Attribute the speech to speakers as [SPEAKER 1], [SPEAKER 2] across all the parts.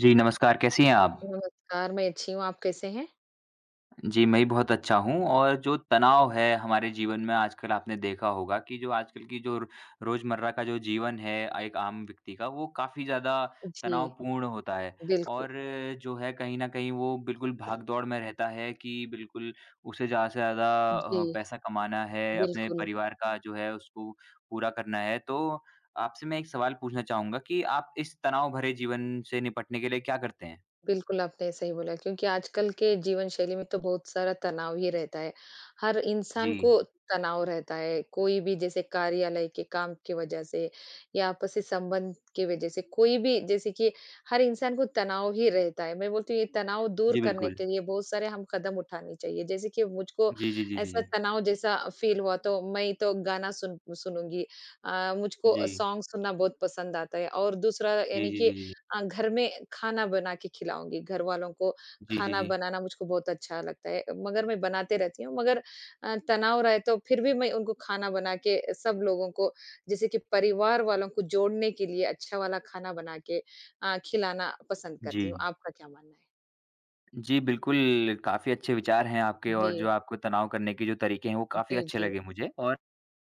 [SPEAKER 1] जी, नमस्कार, कैसी हैं आप?
[SPEAKER 2] नमस्कार, मैं अच्छी हूँ, आप कैसे हैं?
[SPEAKER 1] जी, मैं भी बहुत अच्छा हूँ और जो तनाव है हमारे जीवन में आजकल आपने देखा होगा कि जो आजकल की जो र रोज़मर्रा का जो जीवन है एक आम व्यक्ति का, वो काफ़ी ज़्यादा
[SPEAKER 2] जी,
[SPEAKER 1] तनावपूर्ण होता है।
[SPEAKER 2] बिल्कुल,
[SPEAKER 1] और जो है कहीं न कहीं वो बिल्कुल भाग-दौड़ में रहता है कि बिल्कुल उसे ज़्यादा से ज़्यादा
[SPEAKER 2] जी,
[SPEAKER 1] पैसा कमाना है, अपने
[SPEAKER 2] बिल्कुल।
[SPEAKER 1] परिवार का जो है उसको पूरा करना है। तो आपसे मैं एक सवाल पूछना चाहूँगा कि आप इस तनाव भरे जीवन से निपटने के लिए क्या करते हैं?
[SPEAKER 2] बिल्कुल, आपने सही बोला क्योंकि आजकल के जीवन शैली में तो बहुत सारा तनाव ही रहता है। हर
[SPEAKER 1] जी।
[SPEAKER 2] इंसान को तनाव रहता है, कोई भी जैसे कार्यालय के काम की वजह से या आपसी संबंध की वजह से कोई भी जैसे कि हर इंसान को तनाव ही रहता है। मैं बोलती हूँ ये तनाव दूर
[SPEAKER 1] जी,
[SPEAKER 2] करने
[SPEAKER 1] बिल्कुल।
[SPEAKER 2] के लिए बहुत सारे हम कदम उठाने चाहिए। जैसे कि मुझको
[SPEAKER 1] जी, जी, जी, जी,
[SPEAKER 2] ऐसा
[SPEAKER 1] जी।
[SPEAKER 2] तनाव जैसा फ़ील हुआ तो मैं तो गाना सुन सुनूँगी। मुझको
[SPEAKER 1] जी।
[SPEAKER 2] सॉन्ग सुनना बहुत पसंद आता है और दूसरा
[SPEAKER 1] जी,
[SPEAKER 2] यानी
[SPEAKER 1] जी,
[SPEAKER 2] कि
[SPEAKER 1] जी, जी,
[SPEAKER 2] घर में खाना बना के खिलाऊँगी, घरवालों को
[SPEAKER 1] जी, जी,
[SPEAKER 2] खाना
[SPEAKER 1] जी।
[SPEAKER 2] बनाना मुझको बहुत अच्छा लगता है, मगर मैं बनाते रहती हूँ मगर तनाव रहे तो फिर भी मैं उनको खाना बना के सब लोगों को जैसे कि परिवार वालों को जोड़ने के लिए अच्छा वाला खाना बना के खिलाना पसंद
[SPEAKER 1] जी।
[SPEAKER 2] करती हूँ। आपका क्या मानना है?
[SPEAKER 1] जी, बिल्कुल, काफ़ी अच्छे विचार हैं आपके
[SPEAKER 2] जी,
[SPEAKER 1] और जो आपको तनाव करने के जो तरीके हैं, वो काफ़ी
[SPEAKER 2] जी,
[SPEAKER 1] अच्छे
[SPEAKER 2] जी।
[SPEAKER 1] लगे मुझे। और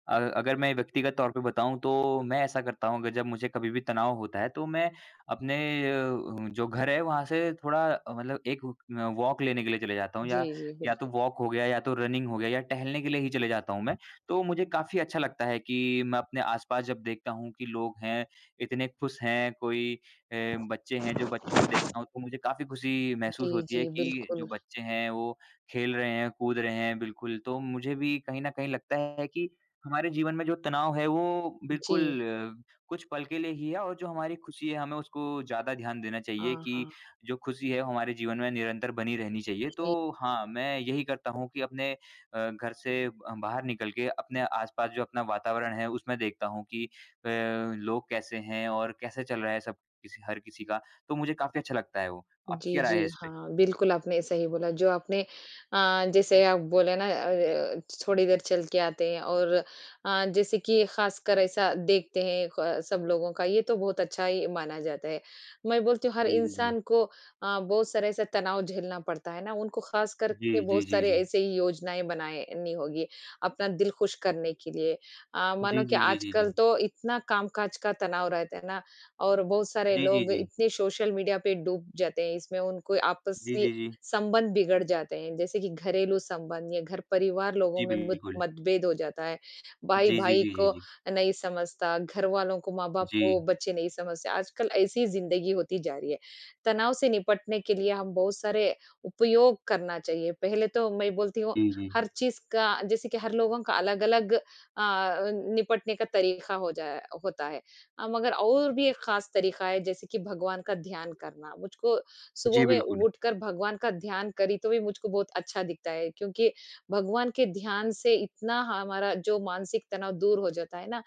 [SPEAKER 1] अगर मैं व्यक्तिगत तौर पे बताऊँ तो मैं ऐसा करता हूँ, अगर जब मुझे कभी भी तनाव होता है तो मैं अपने जो घर है वहाँ से थोड़ा मतलब एक वॉक लेने के लिए चले जाता हूँ, या
[SPEAKER 2] जी, जी,
[SPEAKER 1] या तो
[SPEAKER 2] बिल्कुल।
[SPEAKER 1] वॉक हो गया या तो रनिंग हो गया या टहलने के लिए ही चले जाता हूँ मैं। तो मुझे काफ़ी अच्छा लगता है कि मैं अपने आस-पास जब देखता हूँ कि लोग हैं, इतने खुश हैं, कोई बच्चे हैं, जो बच्चों को देखता हूँ तो मुझे काफ़ी खुशी महसूस
[SPEAKER 2] जी,
[SPEAKER 1] होती है
[SPEAKER 2] जी,
[SPEAKER 1] कि जो
[SPEAKER 2] बिल्कुल।
[SPEAKER 1] बच्चे हैं वो खेल रहे हैं, कूद रहे हैं बिल्कुल। तो मुझे भी कहीं न कहीं लगता है कि हमारे जीवन में जो तनाव है वो
[SPEAKER 2] जी।
[SPEAKER 1] बिल्कुल कुछ पल के लिए ही है, और जो हमारी खुशी है हमें उसको ज़्यादा ध्यान देना चाहिए
[SPEAKER 2] हाँ,
[SPEAKER 1] कि
[SPEAKER 2] हाँ।
[SPEAKER 1] जो खुशी है वो हमारे जीवन में निरंतर बनी रहनी चाहिए। तो
[SPEAKER 2] जी।
[SPEAKER 1] हाँ, मैं यही करता हूँ कि अपने घर से बाहर निकल के अपने आस-पास जो अपना वातावरण है उसमें देखता हूँ कि लोग कैसे हैं और कैसे चल रहा है सब किसी हर किसी का। तो मुझे काफ़ी अच्छा लगता है वो। आपकी
[SPEAKER 2] जी,
[SPEAKER 1] क्या राय है
[SPEAKER 2] जी।
[SPEAKER 1] इस पे?
[SPEAKER 2] हाँ, बिल्कुल आपने सही बोला जो आपने जैसे आप बोले ना थोड़ी देर चल के आते हैं और जैसे कि ख़ासकर ऐसा देखते हैं ख सब लोगों का ये तो बहुत अच्छा ही माना जाता है। मैं बोलती हूँ हर
[SPEAKER 1] जी, जी, जी।
[SPEAKER 2] इंसान को बहुत सारा ऐसा तनाव झेलना पड़ता है ना, उनको ख़ास
[SPEAKER 1] जी,
[SPEAKER 2] करके
[SPEAKER 1] जी,
[SPEAKER 2] बहुत
[SPEAKER 1] जी,
[SPEAKER 2] सारे
[SPEAKER 1] जी।
[SPEAKER 2] ऐसे ही योजनाएँ बनानी होगी, अपना दिल खुश करने के लिए। मानो
[SPEAKER 1] जी,
[SPEAKER 2] कि
[SPEAKER 1] जी, जी, जी,
[SPEAKER 2] आजकल
[SPEAKER 1] जी।
[SPEAKER 2] तो इतना कामकाज का तनाव रहता है ना और बहुत सारे
[SPEAKER 1] जी, जी,
[SPEAKER 2] लोग
[SPEAKER 1] जी।
[SPEAKER 2] इतने सोशल मीडिया पे डूब जाते हैं, इसमें उनको
[SPEAKER 1] जी,
[SPEAKER 2] आपसी
[SPEAKER 1] जी, जी।
[SPEAKER 2] संबंध बिगड़ जाते हैं। जैसे कि घरेलू संबंध या घर परिवार लोगों
[SPEAKER 1] जी,
[SPEAKER 2] में मुत
[SPEAKER 1] बिल्कुल।
[SPEAKER 2] मतभेद हो जाता है।
[SPEAKER 1] जी, जी,
[SPEAKER 2] भाई-भाई
[SPEAKER 1] जी, जी,
[SPEAKER 2] को
[SPEAKER 1] जी।
[SPEAKER 2] नहीं समझता, घर वालों को, माँ-बाप को
[SPEAKER 1] जी,
[SPEAKER 2] बच्चे नहीं समझते। आजकल ऐसी ही ज़िंदगी होती जा रही है। तनाव से निपटने के लिए हम बहुत सारे उपयोग करना चाहिए। पहले तो मैं बोलती हूँ
[SPEAKER 1] जी, जी।
[SPEAKER 2] हर चीज़ का जैसे कि हर लोगों का अलग-अलग निपटने का तरीका हो जाए होता है। मगर और भी एक खास तरीका है जैसे कि भगवान का ध्यान करना। मुझको सुबह
[SPEAKER 1] जी,
[SPEAKER 2] में
[SPEAKER 1] बिल्कुल।
[SPEAKER 2] उठकर भगवान का ध्यान करी तो भी मुझको बहुत अच्छा दिखता है क्योंकि भगवान के ध्यान से इतना हमारा जो मानसिक तनाव दूर हो जाता है ना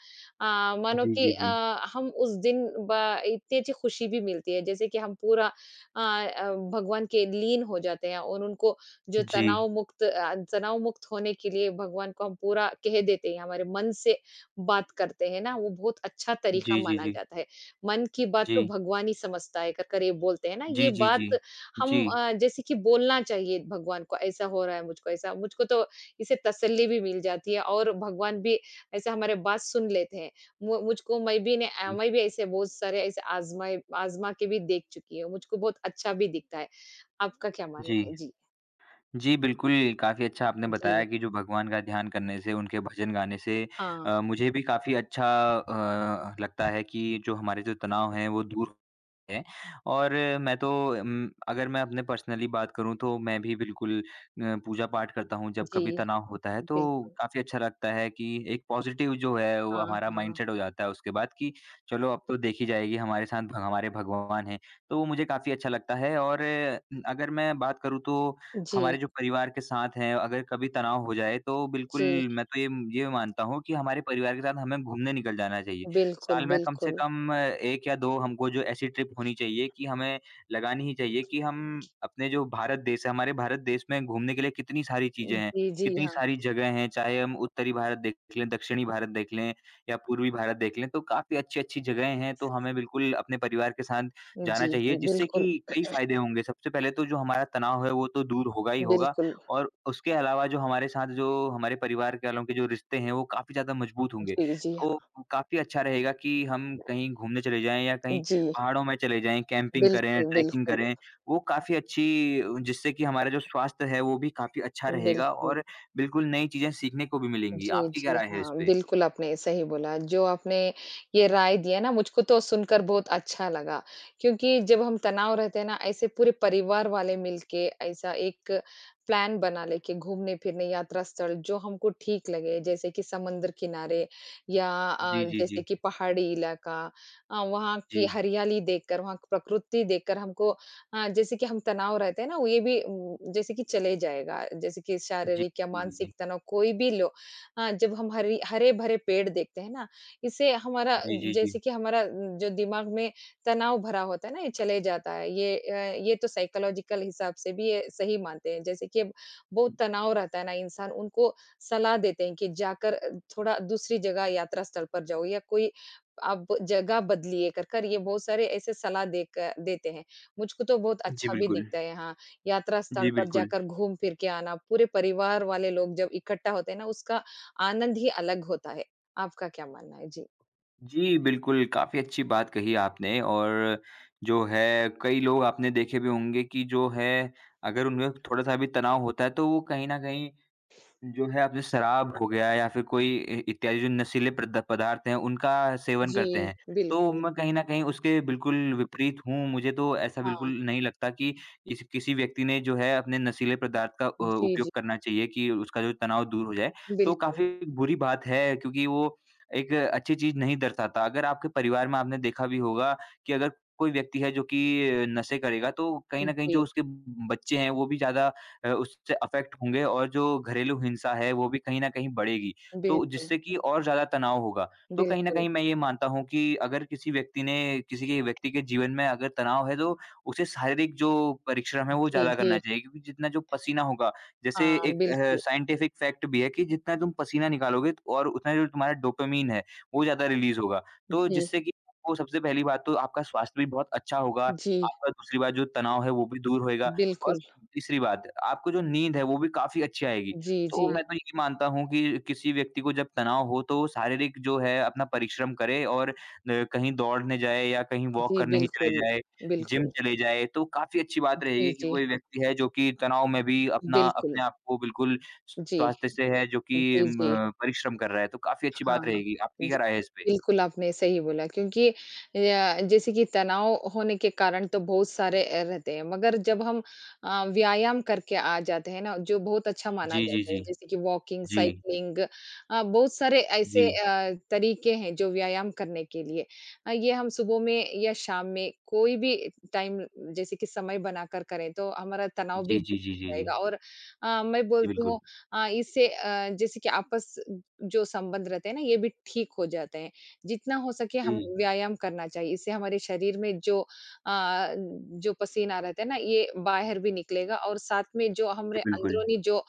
[SPEAKER 2] मानो
[SPEAKER 1] जी,
[SPEAKER 2] कि
[SPEAKER 1] जी, जी।
[SPEAKER 2] हम उस दिन ब इतनी अच्छी खुशी भी मिलती है जैसे कि हम पूरा भगवान के लीन हो जाते हैं और उनको जो
[SPEAKER 1] जी।
[SPEAKER 2] तनाव मुक्त होने के लिए भगवान को हम पूरा कह देते हैं, हमारे मन से बात करते हैं ना, वो बहुत अच्छा तरीका
[SPEAKER 1] जी, जी,
[SPEAKER 2] माना
[SPEAKER 1] जी।
[SPEAKER 2] जाता है। मन की बात
[SPEAKER 1] जी।
[SPEAKER 2] तो भगवान ही समझता है, कर कर ये बोलते हैं ना, ये
[SPEAKER 1] जी, जी, जी।
[SPEAKER 2] बात हम
[SPEAKER 1] जी।
[SPEAKER 2] जैसे कि बोलना चाहिए भगवान को, ऐसा हो रहा है मुझको, ऐसा मुझको तो इससे तसल्ली भी मिल जाती है और भगवान भी ऐसे हमारे बात सुन लेते हैं। मु मुझको
[SPEAKER 1] जी।
[SPEAKER 2] मैं भी ऐसे बहुत सारे ऐसे आज़मा के भी देख चुकी हूँ, मुझको बहुत अच्छा भी दिखता है। आपका क्या
[SPEAKER 1] जी।
[SPEAKER 2] मानना है? जी,
[SPEAKER 1] जी, बिल्कुल, काफ़ी अच्छा आपने
[SPEAKER 2] जी,
[SPEAKER 1] बताया कि जो भगवान का ध्यान करने से, उनके भजन गाने से
[SPEAKER 2] हाँ,
[SPEAKER 1] मुझे भी काफ़ी अच्छा लगता है कि जो हमारे जो तनाव हैं, वो दूर है। और मैं तो अगर मैं अपने पर्सनली बात करूँ तो मैं भी बिल्कुल पूजा-पाठ करता हूँ जब
[SPEAKER 2] जी,
[SPEAKER 1] कभी तनाव होता है,
[SPEAKER 2] बिल
[SPEAKER 1] तो काफ़ी अच्छा लगता है कि एक पॉज़िटिव जो है वो
[SPEAKER 2] हाँ,
[SPEAKER 1] हमारा
[SPEAKER 2] हाँ।
[SPEAKER 1] माइंडसेट हो जाता है उसके बाद कि चलो अब तो देखी जाएगी, हमारे साथ भ हमारे भगवान हैं। तो वो मुझे काफ़ी अच्छा लगता है। और अगर मैं बात करूँ तो
[SPEAKER 2] जी,
[SPEAKER 1] हमारे जो परिवार के साथ हैं, अगर कभी तनाव हो जाए तो बिल्कुल
[SPEAKER 2] जी,
[SPEAKER 1] मैं तो ये मानता हूँ कि हमारे परिवार के साथ हमें घूमने निकल जाना चाहिए।
[SPEAKER 2] बिल्कुल,
[SPEAKER 1] साल में कम से
[SPEAKER 2] बिल्कुल।
[SPEAKER 1] कम 1 या 2 हमको जो ऐसी ट्रिप होनी चाहिए कि हमें लगानी ही चाहिए कि हम अपने, जो भारत देश है, हमारे भारत देश में घूमने के लिए कितनी सारी चीज़ें हैं,
[SPEAKER 2] जी, जी,
[SPEAKER 1] कितनी
[SPEAKER 2] हाँ।
[SPEAKER 1] सारी जगह हैं। चाहे हम उत्तरी भारत देख लें, दक्षिणी भारत देख लें या पूर्वी भारत देख लें, तो काफ़ी अच्छी-अच्छी जगहें हैं। तो हमें बिल्कुल अपने परिवार के साथ
[SPEAKER 2] जी,
[SPEAKER 1] जाना चाहिए,
[SPEAKER 2] जी,
[SPEAKER 1] जिससे कि
[SPEAKER 2] बिल्कुल,
[SPEAKER 1] कई फ़ायदे होंगे। सबसे पहले तो जो हमारा तनाव है, वो तो दूर होगा ही होगा,
[SPEAKER 2] बिल्कुल।
[SPEAKER 1] और उसके अलावा जो हमारे परिवार के वालों के जो रिश्ते हैं, वो काफ़ी ज़्यादा मजबूत होंगे।
[SPEAKER 2] जी, जी,
[SPEAKER 1] तो
[SPEAKER 2] हाँ।
[SPEAKER 1] काफ़ी अच्छा रहेगा कि हम कहीं घूमने चले जाएँ या कहीं
[SPEAKER 2] जी।
[SPEAKER 1] पहाड़ों में चले जाएँ, कैंपिंग करें,
[SPEAKER 2] बिल्कुल,
[SPEAKER 1] ट्रैकिंग
[SPEAKER 2] बिल्कुल,
[SPEAKER 1] करें। वो काफ़ी अच्छी जिससे कि हमारा जो स्वास्थ्य है वो भी काफ़ी अच्छा रहेगा,
[SPEAKER 2] बिल्कुल।
[SPEAKER 1] और बिल्कुल नई चीज़ें सीखने को भी मिलेंगी।
[SPEAKER 2] जी,
[SPEAKER 1] आपकी क्या
[SPEAKER 2] जी,
[SPEAKER 1] राय है इस
[SPEAKER 2] हाँ,
[SPEAKER 1] पे?
[SPEAKER 2] बिल्कुल आपने सही बोला। जो आपने ये राय दिया ना मुझको तो सुनकर बहुत अच्छा लगा, क्योंकि जब हम तनाव रहते हैं ना ऐसे पूरे परिवार वाले मिलके ऐसा एक प्लान बना ले कि घूमने-फिरने यात्रा स्थल जो हमको ठीक लगे जैसे कि समुद्र किनारे या
[SPEAKER 1] जी, जी,
[SPEAKER 2] जैसे
[SPEAKER 1] जी।
[SPEAKER 2] कि पहाड़ी इलाका वहाँ
[SPEAKER 1] जी।
[SPEAKER 2] की हरियाली देखकर, वहाँ की प्रकृति देखकर हमको जैसे कि हम तनाव रहते हैं ना, वो ये भी जैसे कि चले जाएगा। जैसे कि
[SPEAKER 1] जी,
[SPEAKER 2] शारीरिक या
[SPEAKER 1] जी, जी।
[SPEAKER 2] मानसिक तनाव कोई भी लो हाँ, जब हम हरी हरे-भरे पेड़ देखते हैं ना, इससे हमारा
[SPEAKER 1] जी, जी,
[SPEAKER 2] जैसे
[SPEAKER 1] जी।
[SPEAKER 2] कि हमारा जो दिमाग में तनाव भरा होता है ना, ये चले जाता है। ये तो साइकोलॉजिकल हिसाब से भी ये सही मानते हैं। जैसे कि अब बहुत तनाव रहता है ना इंसान, उनको सलाह देते हैं कि जाकर थोड़ा दूसरी जगह यात्रा स्थल पर जाओ या कोई आप जगह बदलिए कर कर, ये बहुत सारे ऐसे सलाह देकर देते हैं। मुझको तो बहुत
[SPEAKER 1] जी,
[SPEAKER 2] अच्छा भी
[SPEAKER 1] बिल्कुल।
[SPEAKER 2] दिखता है हाँ, यात्रा स्थल
[SPEAKER 1] जी,
[SPEAKER 2] पर
[SPEAKER 1] बिल्कुल।
[SPEAKER 2] जाकर घूम-फिर के आना, पूरे परिवार वाले लोग जब इकट्ठा होते हैं ना, उसका आनंद ही अलग होता है। आपका क्या मानना है? जी।
[SPEAKER 1] जी, बिल्कुल, काफ़ी अच्छी बात कही आपने। और जो है कई लोग आपने देखे भी होंगे कि जो है, अगर उनमें थोड़ा-सा भी तनाव होता है तो वो कहीं न कहीं जो है आपने शराब हो गया या फिर कोई इ इत्यादि जो नशीले प्रद पदार्थ हैं, उनका सेवन
[SPEAKER 2] जी,
[SPEAKER 1] करते हैं। तो
[SPEAKER 2] बिल्कुल।
[SPEAKER 1] मैं कहीं न कहीं उसके बिल्कुल विपरीत हूँ, मुझे तो ऐसा बिल्कुल
[SPEAKER 2] हाँ।
[SPEAKER 1] नहीं लगता कि इस किसी व्यक्ति ने जो है अपने नशीले पदार्थ का
[SPEAKER 2] जी, जी,
[SPEAKER 1] उपयोग करना चाहिए कि उसका जो तनाव दूर हो जाए। तो
[SPEAKER 2] बिल्कुल।
[SPEAKER 1] काफ़ी बुरी बात है क्योंकि वो एक अच्छी चीज़ नहीं दर्शाता। अगर आपके परिवार में आपने देखा भी होगा कि अगर कोई व्यक्ति है जो कि नशे करेगा, तो कहीं न कहीं
[SPEAKER 2] जी,
[SPEAKER 1] जो उसके बच्चे हैं, वो भी ज़्यादा उससे अफ़ेक्ट होंगे, और जो घरेलू हिंसा है वो भी कहीं न कहीं बढ़ेगी, तो
[SPEAKER 2] बिल्कुल,
[SPEAKER 1] जिससे कि और ज़्यादा तनाव होगा। तो कहीं न
[SPEAKER 2] बिल्कुल।
[SPEAKER 1] कहीं मैं ये मानता हूँ कि अगर किसी के व्यक्ति के जीवन में अगर तनाव है तो उसे शारीरिक जो परिश्रम है वो
[SPEAKER 2] जी,
[SPEAKER 1] ज़्यादा
[SPEAKER 2] जी,
[SPEAKER 1] करना चाहिए, क्योंकि जितना जो पसीना होगा, जैसे
[SPEAKER 2] हाँ,
[SPEAKER 1] एक
[SPEAKER 2] बिल्कुल।
[SPEAKER 1] साइंटिफ़िक फ़ैक्ट भी है कि जितना तुम पसीना निकालोगे और उतना जो तुम्हारा डोपामाइन है वो ज़्यादा रिलीज़ होगा। तो
[SPEAKER 2] जी,
[SPEAKER 1] जिससे कि आपको सबसे पहली बात तो आपका स्वास्थ्य भी बहुत अच्छा होगा,
[SPEAKER 2] जी,
[SPEAKER 1] आपका दूसरी बात जो तनाव है वो भी दूर होएगा, और
[SPEAKER 2] बिल्कुल।
[SPEAKER 1] तीसरी बात, आपको जो नींद है वो भी काफ़ी अच्छी आएगी।
[SPEAKER 2] जी,
[SPEAKER 1] तो
[SPEAKER 2] जी,
[SPEAKER 1] मैं तो ये मानता हूँ कि किसी व्यक्ति को जब तनाव हो तो शारीरिक जो है अपना परिश्रम करे, और न कहीं दौड़ने जाए या कहीं वॉक
[SPEAKER 2] जी,
[SPEAKER 1] करने ही चले
[SPEAKER 2] बिल्कुल,
[SPEAKER 1] जाए, जिम
[SPEAKER 2] बिल्कुल।
[SPEAKER 1] चले जाए, तो काफ़ी अच्छी बात
[SPEAKER 2] जी,
[SPEAKER 1] रहेगी कि
[SPEAKER 2] जी,
[SPEAKER 1] कोई
[SPEAKER 2] हाँ,
[SPEAKER 1] व्यक्ति है जो कि तनाव में भी अपना
[SPEAKER 2] बिल्कुल।
[SPEAKER 1] अपने आप को बिल्कुल
[SPEAKER 2] जी,
[SPEAKER 1] स्वास्थ्य से है, जो कि
[SPEAKER 2] जी, जी।
[SPEAKER 1] म परिश्रम कर रहा है, तो काफ़ी अच्छी
[SPEAKER 2] हाँ,
[SPEAKER 1] बात रहेगी। आपकी
[SPEAKER 2] जी।
[SPEAKER 1] क्या राय है इस पे?
[SPEAKER 2] बिल्कुल, आपने सही बोला क्योंकि जैसे कि तनाव होने के कारण तो बहुत सारे रहते हैं, मगर जब हम व्यायाम करके आ जाते हैं ना, जो बहुत अच्छा माना
[SPEAKER 1] जी, जी,
[SPEAKER 2] जाता है,
[SPEAKER 1] जी।
[SPEAKER 2] जैसे कि वॉकिंग,
[SPEAKER 1] जी,
[SPEAKER 2] साइक्लिंग बहुत सारे ऐसे
[SPEAKER 1] जी।
[SPEAKER 2] तरीके हैं जो व्यायाम करने के लिए। ये हम सुबह में या शाम में कोई भी टाइम जैसे कि समय बनाकर करें, तो हमारा तनाव भी
[SPEAKER 1] जी,
[SPEAKER 2] दूर
[SPEAKER 1] जी, जी, जी, जी।
[SPEAKER 2] रहेगा और मैं
[SPEAKER 1] जी,
[SPEAKER 2] बोलती
[SPEAKER 1] बिल्कुल।
[SPEAKER 2] हूँ इससे जैसे कि आपस जो संबंध रहते हैं ना, ये भी ठीक हो जाते हैं। जितना हो सके
[SPEAKER 1] जी।
[SPEAKER 2] हम जी। व्यायाम करना चाहिए, इससे हमारे शरीर में जो जो पसीना रहता है ना, ये बाहर भी निकलेगा और साथ में जो हमारे
[SPEAKER 1] जी, बिल्कुल।
[SPEAKER 2] अंदरूनी जो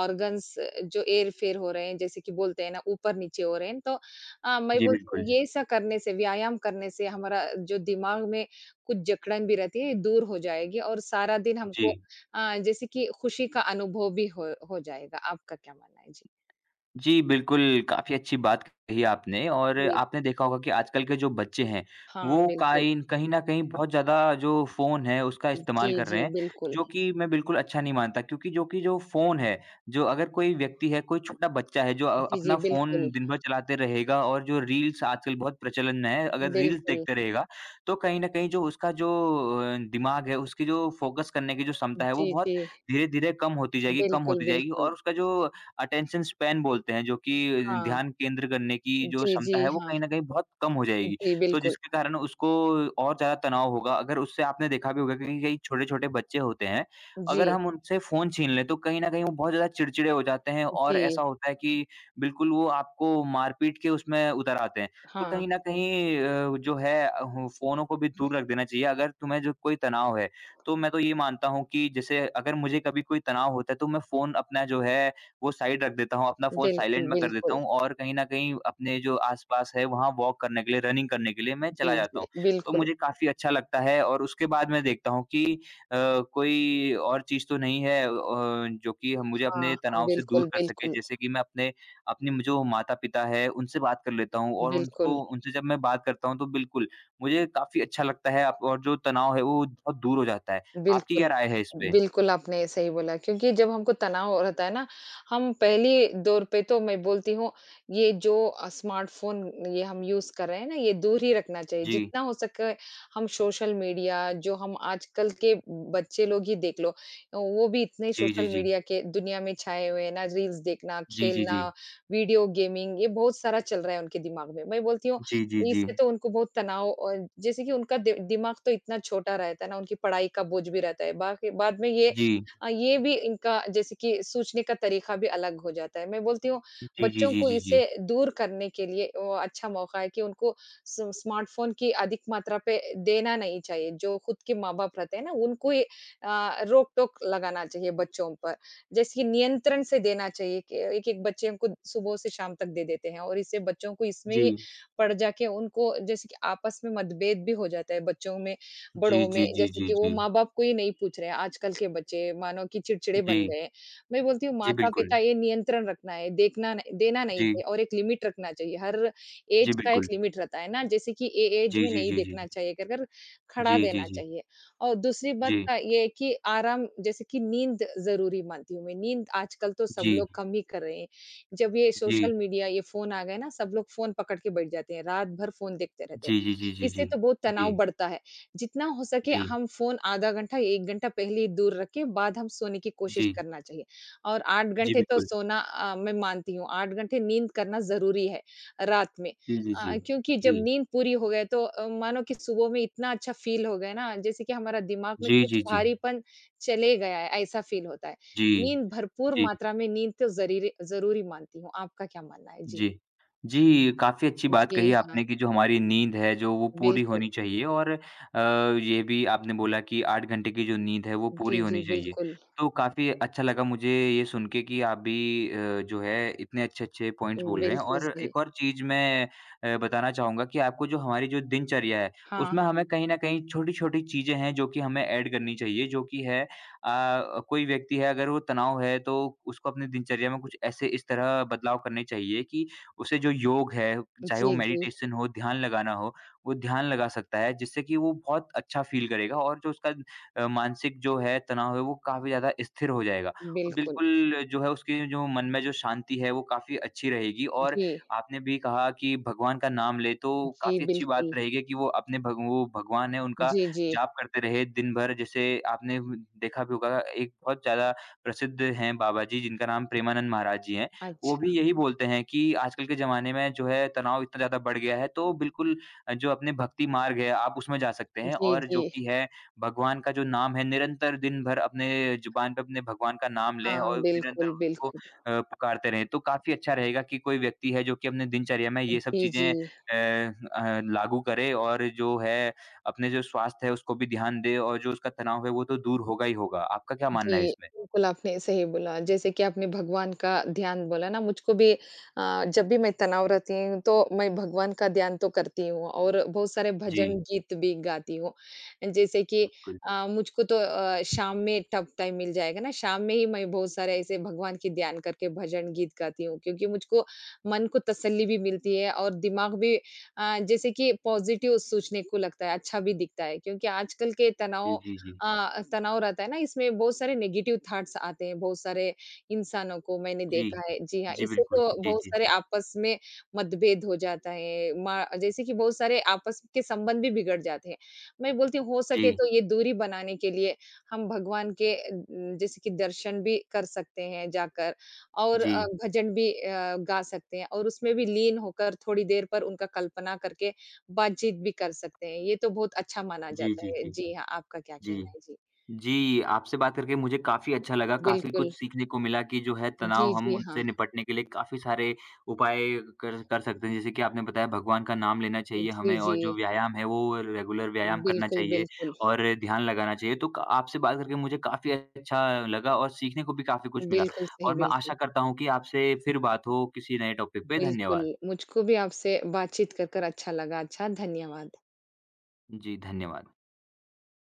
[SPEAKER 2] ऑर्गन्स जो हेर-फेर हो रहे हैं, जैसे कि बोलते हैं ना, ऊपर-नीचे हो रहे हैं, तो मैं
[SPEAKER 1] जी,
[SPEAKER 2] बोलती
[SPEAKER 1] बिल्कुल।
[SPEAKER 2] हूँ, ये सब करने से, व्यायाम करने से हमारा जो दिमाग में कुछ जकड़न भी रहती है, ये दूर हो जाएगी और सारा दिन
[SPEAKER 1] जी।
[SPEAKER 2] हमको जैसे कि खुशी का अनुभव भी हो जाएगा। आपका क्या मानना है?
[SPEAKER 1] जी, बिल्कुल, काफ़ी अच्छी बात कही आपने। और
[SPEAKER 2] जी।
[SPEAKER 1] आपने देखा होगा कि आजकल के जो बच्चे हैं,
[SPEAKER 2] हाँ,
[SPEAKER 1] वो
[SPEAKER 2] बिल्कुल।
[SPEAKER 1] काइन कहीं न कहीं बहुत ज़्यादा जो फ़ोन है, उसका
[SPEAKER 2] जी,
[SPEAKER 1] इस्तेमाल कर रहे
[SPEAKER 2] जी,
[SPEAKER 1] हैं,
[SPEAKER 2] बिल्कुल।
[SPEAKER 1] जो कि मैं बिल्कुल अच्छा नहीं मानता, क्योंकि जो कि जो फ़ोन है, जो अगर कोई व्यक्ति है, कोई छोटा बच्चा है जो
[SPEAKER 2] जी, जी,
[SPEAKER 1] अपना
[SPEAKER 2] बिल्कुल,
[SPEAKER 1] फ़ोन दिन भर चलाते रहेगा, और जो रील्स आजकल बहुत प्रचलन में है, अगर रील्स
[SPEAKER 2] बिल्कुल।
[SPEAKER 1] देखते रहेगा, तो कहीं न कहीं जो उसका जो दिमाग है, उसकी जो फ़ोकस करने की जो क्षमता है, वो
[SPEAKER 2] जी,
[SPEAKER 1] बहुत
[SPEAKER 2] जी,
[SPEAKER 1] धीरे-धीरे कम होती जाएगी, कम
[SPEAKER 2] बिल्कुल,
[SPEAKER 1] होती जाएगी,
[SPEAKER 2] बिल्कुल।
[SPEAKER 1] और उसका जो अटेंशन स्पैन बोलते हैं जो कि
[SPEAKER 2] हाँ,
[SPEAKER 1] ध्यान केंद्र करने की जो
[SPEAKER 2] जी, जी,
[SPEAKER 1] क्षमता है वो
[SPEAKER 2] हाँ।
[SPEAKER 1] कहीं न कहीं बहुत कम हो जाएगी।
[SPEAKER 2] जी,
[SPEAKER 1] तो
[SPEAKER 2] बिल्कुल।
[SPEAKER 1] जिसके कारण उसको और ज़्यादा तनाव होगा। अगर उससे आपने देखा भी होगा कि कई छोटे-छोटे बच्चे होते हैं, अगर
[SPEAKER 2] जी,
[SPEAKER 1] हम उनसे फ़ोन छीन लें तो कहीं न कहीं वो बहुत ज़्यादा चिड़चिड़े हो जाते हैं, और
[SPEAKER 2] जी,
[SPEAKER 1] ऐसा होता है कि बिल्कुल वो आपको मार-पीट के उसमें उतर आते हैं। तो
[SPEAKER 2] हाँ,
[SPEAKER 1] कहीं न कहीं जो है हो फ़ोनों को भी दूर रख देना चाहिए अगर तुम्हें जो कोई तनाव है। तो मैं तो ये मानता हूँ कि जैसे अगर मुझे कभी कोई तनाव होता है तो मैं फ़ोन अपना जो है वो साइड रख देता हूँ, अपना फ़ोन
[SPEAKER 2] बिल्कुल,
[SPEAKER 1] साइलेंट में कर देता
[SPEAKER 2] बिल्कुल।
[SPEAKER 1] हूँ, और कहीं न कहीं अपने जो आस-पास है वहाँ वॉक करने के लिए, रनिंग करने के लिए मैं
[SPEAKER 2] जी,
[SPEAKER 1] चला जाता
[SPEAKER 2] जी,
[SPEAKER 1] हूँ। तो
[SPEAKER 2] बिल्कुल।
[SPEAKER 1] मुझे काफ़ी अच्छा लगता है। और उसके बाद मैं देखता हूँ कि अ, कोई और चीज़ तो नहीं है जो कि मुझे
[SPEAKER 2] हाँ,
[SPEAKER 1] अपने
[SPEAKER 2] हाँ,
[SPEAKER 1] तनाव से
[SPEAKER 2] बिल्कुल,
[SPEAKER 1] दूर कर सके।
[SPEAKER 2] बिल्कुल,
[SPEAKER 1] जैसे कि मैं अपने अपने म जो माता-पिता हैं उनसे बात कर लेता हूँ, और उनको
[SPEAKER 2] बिल्कुल।
[SPEAKER 1] उनसे जब मैं बात करता हूँ तो बिल्कुल मुझे काफ़ी अच्छा लगता है आप, और जो तनाव है वो बहुत दूर हो जाता है। आपकी
[SPEAKER 2] बिल्कुल।
[SPEAKER 1] क्या राय है इस पे?
[SPEAKER 2] बिल्कुल, आपने सही बोला क्योंकि जब हमको तनाव हो रहता है ना, हम पहली दौर पे तो मैं बोलती हूँ ये जो स्मार्टफ़ोन ये हम यूज़ कर रहे हैं ना, ये दूर ही रखना चाहिए।
[SPEAKER 1] जी।
[SPEAKER 2] जितना हो सके हम सोशल मीडिया जो हम आजकल के बच्चे लोग ही देख लो, वो भी इतने
[SPEAKER 1] जी, जी,
[SPEAKER 2] सोशल
[SPEAKER 1] जी।
[SPEAKER 2] मीडिया के दुनिया में छाए हुए हैं ना, रील्स देखना,
[SPEAKER 1] जी, जी,
[SPEAKER 2] खेलना,
[SPEAKER 1] जी।
[SPEAKER 2] वीडियो गेमिंग ये बहुत सारा चल रहा है उनके दिमाग में। मैं बोलती हूँ
[SPEAKER 1] जी, जी, जी।
[SPEAKER 2] इससे तो उनको बहुत तनाव और जैसे कि उनका दि दिमाग तो इतना छोटा रहता है ना, उनकी पढ़ाई का बोझ भी रहता है। बाकी बाद में ये
[SPEAKER 1] जी।
[SPEAKER 2] अ, ये भी इनका जैसे कि सोचने का तरीका भी अलग हो जाता है। मैं बोलती हूँ,
[SPEAKER 1] जी, जी,
[SPEAKER 2] बच्चों
[SPEAKER 1] जी,
[SPEAKER 2] को
[SPEAKER 1] जी,
[SPEAKER 2] इसे
[SPEAKER 1] जी।
[SPEAKER 2] दूर करने के लिए वो अच्छा मौका है कि उनको स स्मार्टफ़ोन की अधिक मात्रा पे देना नहीं चाहिए। जो खुद के माँ-बाप रहते हैं ना, उनको ये रोक-टोक लगाना चाहिए बच्चों पर। जैसे कि नियंत्रण से देना चाहिए कि एक-एक बच्चे को सुबह से शाम तक दे देते हैं और इससे बच्चों को इसमें
[SPEAKER 1] जी।
[SPEAKER 2] ही पड़ जाके उनको जैसे कि आपस में मतभेद भी हो जाता है बच्चों में,
[SPEAKER 1] जी,
[SPEAKER 2] बड़ों में,
[SPEAKER 1] जी, जी,
[SPEAKER 2] जैसे
[SPEAKER 1] जी,
[SPEAKER 2] कि वो
[SPEAKER 1] जी।
[SPEAKER 2] माँ-बाप को ही नहीं पूछ रहे हैं, आजकल के बच्चे मानो कि चिड़चिड़े बन
[SPEAKER 1] जी।
[SPEAKER 2] गए हैं। मैं बोलती हूँ
[SPEAKER 1] जी, बिल्कुल।
[SPEAKER 2] माता-पिता ये नियंत्रण रखना है, देखना नहीं देना नहीं
[SPEAKER 1] जी।
[SPEAKER 2] चाहिए और एक लिमिट रखना चाहिए। हर ऐज
[SPEAKER 1] जी,
[SPEAKER 2] का एक
[SPEAKER 1] बिल्कुल।
[SPEAKER 2] लिमिट रहता है ना, जैसे कि ये ऐज
[SPEAKER 1] जी,
[SPEAKER 2] में
[SPEAKER 1] जी,
[SPEAKER 2] नहीं
[SPEAKER 1] जी, जी,
[SPEAKER 2] देखना
[SPEAKER 1] जी।
[SPEAKER 2] चाहिए कर कर खड़ा
[SPEAKER 1] जी, जी,
[SPEAKER 2] देना
[SPEAKER 1] जी।
[SPEAKER 2] चाहिए। और दूसरी बात
[SPEAKER 1] जी।
[SPEAKER 2] का ये है कि आराम जैसे कि नींद ज़रूरी मानती हूँ मैं, नींद आजकल तो सब
[SPEAKER 1] जी।
[SPEAKER 2] लोग कम ही कर रहे हैं। जब ये सोशल मीडिया, ये फ़ोन आ गए ना, सब लोग फ़ोन पकड़ के बैठ जाते हैं, रात भर फ़ोन देखते रहते हैं।
[SPEAKER 1] जी, जी, जी, जी,
[SPEAKER 2] इससे
[SPEAKER 1] जी।
[SPEAKER 2] तो बहुत तनाव
[SPEAKER 1] जी।
[SPEAKER 2] बढ़ता है। जितना हो सके
[SPEAKER 1] जी।
[SPEAKER 2] हम फ़ोन आधा घंटा, 1 घंटा पहले ही दूर रख के बाद हम सोने की कोशिश
[SPEAKER 1] जी।
[SPEAKER 2] करना चाहिए और 8
[SPEAKER 1] जी,
[SPEAKER 2] घंटे तो
[SPEAKER 1] बिल्कुल।
[SPEAKER 2] सोना मैं मानती हूँ, 8 घंटे नींद करना ज़रूरी है रात में।
[SPEAKER 1] जी, जी, जी।
[SPEAKER 2] क्योंकि जब
[SPEAKER 1] जी।
[SPEAKER 2] नींद पूरी हो गए तो मानो कि सुबह में इतना अच्छा फ़ील हो गया ना, जैसे कि हमारा दिमाग में
[SPEAKER 1] जी,
[SPEAKER 2] कुछ
[SPEAKER 1] जी, जी।
[SPEAKER 2] भारीपन चले गया है, ऐसा फ़ील होता है।
[SPEAKER 1] जी।
[SPEAKER 2] नींद भरपूर
[SPEAKER 1] जी।
[SPEAKER 2] मात्रा में नींद तो ज़रीरे ज़रूरी मानती हूँ। आपका क्या मानना है? जी।
[SPEAKER 1] जी। जी, काफ़ी अच्छी बात
[SPEAKER 2] जी,
[SPEAKER 1] कही
[SPEAKER 2] हाँ।
[SPEAKER 1] आपने कि जो हमारी नींद है, जो वो पूरी
[SPEAKER 2] बिल्कुल।
[SPEAKER 1] होनी चाहिए। और ये भी आपने बोला कि 8 घंटे की जो नींद है, वो पूरी
[SPEAKER 2] जी, जी,
[SPEAKER 1] होनी चाहिए।
[SPEAKER 2] बिल्कुल।
[SPEAKER 1] तो काफ़ी अच्छा लगा मुझे ये सुन के कि आप भी जो है इतने अच्छे-अच्छे पॉइंट्स बोल रहे हैं।
[SPEAKER 2] बिल्कुल
[SPEAKER 1] और
[SPEAKER 2] सही।
[SPEAKER 1] एक और चीज़ मैं बताना चाहूँगा कि आपको जो हमारी जो दिनचर्या है,
[SPEAKER 2] हाँ,
[SPEAKER 1] उसमें हमें
[SPEAKER 2] हाँ।
[SPEAKER 1] कहीं न कहीं छोटी-छोटी चीज़ें हैं, जो कि हमें ऐड करनी चाहिए, जो कि है कोई व्यक्ति है अगर वो तनाव है तो उसको अपनी दिनचर्या में कुछ ऐसे इस तरह बदलाव करने चाहिए कि उसे जो योग है, चाहे वो
[SPEAKER 2] जी, जी,
[SPEAKER 1] मेडिटेशन हो, ध्यान लगाना हो, वो ध्यान लगा सकता है, जिससे कि वो बहुत अच्छा फ़ील करेगा, और जो उसका मानसिक जो है तनाव है वो काफ़ी ज़्यादा स्थिर हो जाएगा। और
[SPEAKER 2] बिल्कुल।
[SPEAKER 1] बिल्कुल जो है उसके जो मन में जो शांति है वो काफ़ी अच्छी रहेगी। और
[SPEAKER 2] जी,
[SPEAKER 1] आपने भी कहा कि भगवान का नाम ले तो
[SPEAKER 2] जी,
[SPEAKER 1] काफ़ी अच्छी बात
[SPEAKER 2] बिल्कुल।
[SPEAKER 1] रहेगी कि वो अपने भग वो भगवान है उनका
[SPEAKER 2] जी, जी।
[SPEAKER 1] जाप करते रहे दिन भर। जैसे आपने व देखा भी होगा, एक बहुत ज़्यादा प्रसिद्ध हैं बाबा जी जिनका नाम प्रेमानंद महाराज जी हैं। वो भी
[SPEAKER 2] अच्छा।
[SPEAKER 1] यही बोलते हैं कि आजकल के ज़माने में जो है तनाव इतना ज़्यादा बढ़ गया है, तो बिल्कुल जो अपने भक्ति मार्ग है आप उसमें जा सकते हैं,
[SPEAKER 2] जी,
[SPEAKER 1] और
[SPEAKER 2] जी।
[SPEAKER 1] जो कि है भगवान का जो नाम है निरंतर दिन भर अपने ज़ुबान पे अपने भगवान का नाम लें
[SPEAKER 2] हाँ,
[SPEAKER 1] और निरंतर
[SPEAKER 2] बिल्कुल,
[SPEAKER 1] उनको
[SPEAKER 2] बिल्कुल।
[SPEAKER 1] पुकारते रहें। तो काफ़ी अच्छा रहेगा कि कोई व्यक्ति है जो कि अपने दिनचर्या में ये सब
[SPEAKER 2] जी, जी।
[SPEAKER 1] चीज़ें लागू करे, और जो है अपने जो स्वास्थ्य है उसको भी ध्यान दे, और जो उसका तनाव है वो तो दूर होगा ही होगा। आपका क्या मानना है
[SPEAKER 2] जी,
[SPEAKER 1] इसमें?
[SPEAKER 2] बिल्कुल आपने सही बोला। जैसे कि आपने भगवान का ध्यान बोला ना मुझको भी जब भी मैं तनाव रहती हूँ तो मैं भगवान का ध्यान तो करती हूँ और बहुत सारे
[SPEAKER 1] जी,
[SPEAKER 2] भजन गीत भी गाती हूँ। जैसे कि
[SPEAKER 1] बिल्कुल।
[SPEAKER 2] मुझको तो शाम में टफ टाइम मिल जाएगा ना, शाम में ही मैं बहुत सारे ऐसे भगवान की ध्यान करके भजन गीत गाती हूँ क्योंकि मुझको मन को तसल्ली भी मिलती है और दिमाग भी जैसे कि पॉज़िटिव सोचने को लगता है, अच्छा भी दिखता है क्योंकि आजकल के तनाव
[SPEAKER 1] जी, जी, जी।
[SPEAKER 2] अ, तनाव रहता है ना इसमें बहुत सारे नेगेटिव थॉट्स आते हैं बहुत सारे इंसानों को मैंने
[SPEAKER 1] जी।
[SPEAKER 2] देखा है। जी हाँ,
[SPEAKER 1] जी,
[SPEAKER 2] इससे
[SPEAKER 1] बिल्कुल।
[SPEAKER 2] तो
[SPEAKER 1] जी,
[SPEAKER 2] बहुत
[SPEAKER 1] जी,
[SPEAKER 2] सारे
[SPEAKER 1] जी।
[SPEAKER 2] आपस में मतभेद हो जाता है। मा जैसे कि बहुत सारे आपस के संबंध भी बिगड़ जाते हैं। मैं बोलती हूँ हो
[SPEAKER 1] जी।
[SPEAKER 2] सके तो ये दूरी बनाने के लिए हम भगवान के जैसे कि दर्शन भी कर सकते हैं जाकर और
[SPEAKER 1] जी।
[SPEAKER 2] भजन भी गा सकते हैं और उसमें भी लीन होकर थोड़ी देर पर उनका कल्पना करके बातचीत भी कर सकते हैं, ये तो बहुत अच्छा माना
[SPEAKER 1] जी,
[SPEAKER 2] जाता
[SPEAKER 1] जी,
[SPEAKER 2] है।
[SPEAKER 1] जी।
[SPEAKER 2] जी हाँ, आपका क्या
[SPEAKER 1] जी।
[SPEAKER 2] कहना है? जी,
[SPEAKER 1] जी, आपसे बात करके मुझे काफ़ी अच्छा लगा, काफ़ी
[SPEAKER 2] बिल्कुल।
[SPEAKER 1] कुछ सीखने को मिला कि जो है
[SPEAKER 2] जी,
[SPEAKER 1] तनाव हम
[SPEAKER 2] जी, हाँ।
[SPEAKER 1] उनसे निपटने के लिए काफ़ी सारे उपाय कर कर सकते हैं। जैसे कि आपने बताया भगवान का नाम लेना चाहिए
[SPEAKER 2] जी,
[SPEAKER 1] हमें, और
[SPEAKER 2] जी।
[SPEAKER 1] जो व्यायाम है वो रेगुलर व्यायाम करना
[SPEAKER 2] बिल्कुल,
[SPEAKER 1] चाहिए,
[SPEAKER 2] बिल्कुल।
[SPEAKER 1] और ध्यान लगाना चाहिए। तो क आपसे बात करके मुझे काफ़ी अच्छा लगा, और सीखने को भी काफ़ी कुछ मिला,
[SPEAKER 2] बिल्कुल सही,
[SPEAKER 1] और मैं
[SPEAKER 2] बिल्कुल।
[SPEAKER 1] आशा करता हूँ कि आपसे फिर बात हो किसी नए टॉपिक पे।
[SPEAKER 2] बिल्कुल,
[SPEAKER 1] धन्यवाद।
[SPEAKER 2] मुझको भी आपसे बातचीत कर अच्छा लगा। अच्छा, धन्यवाद।
[SPEAKER 1] जी, धन्यवाद।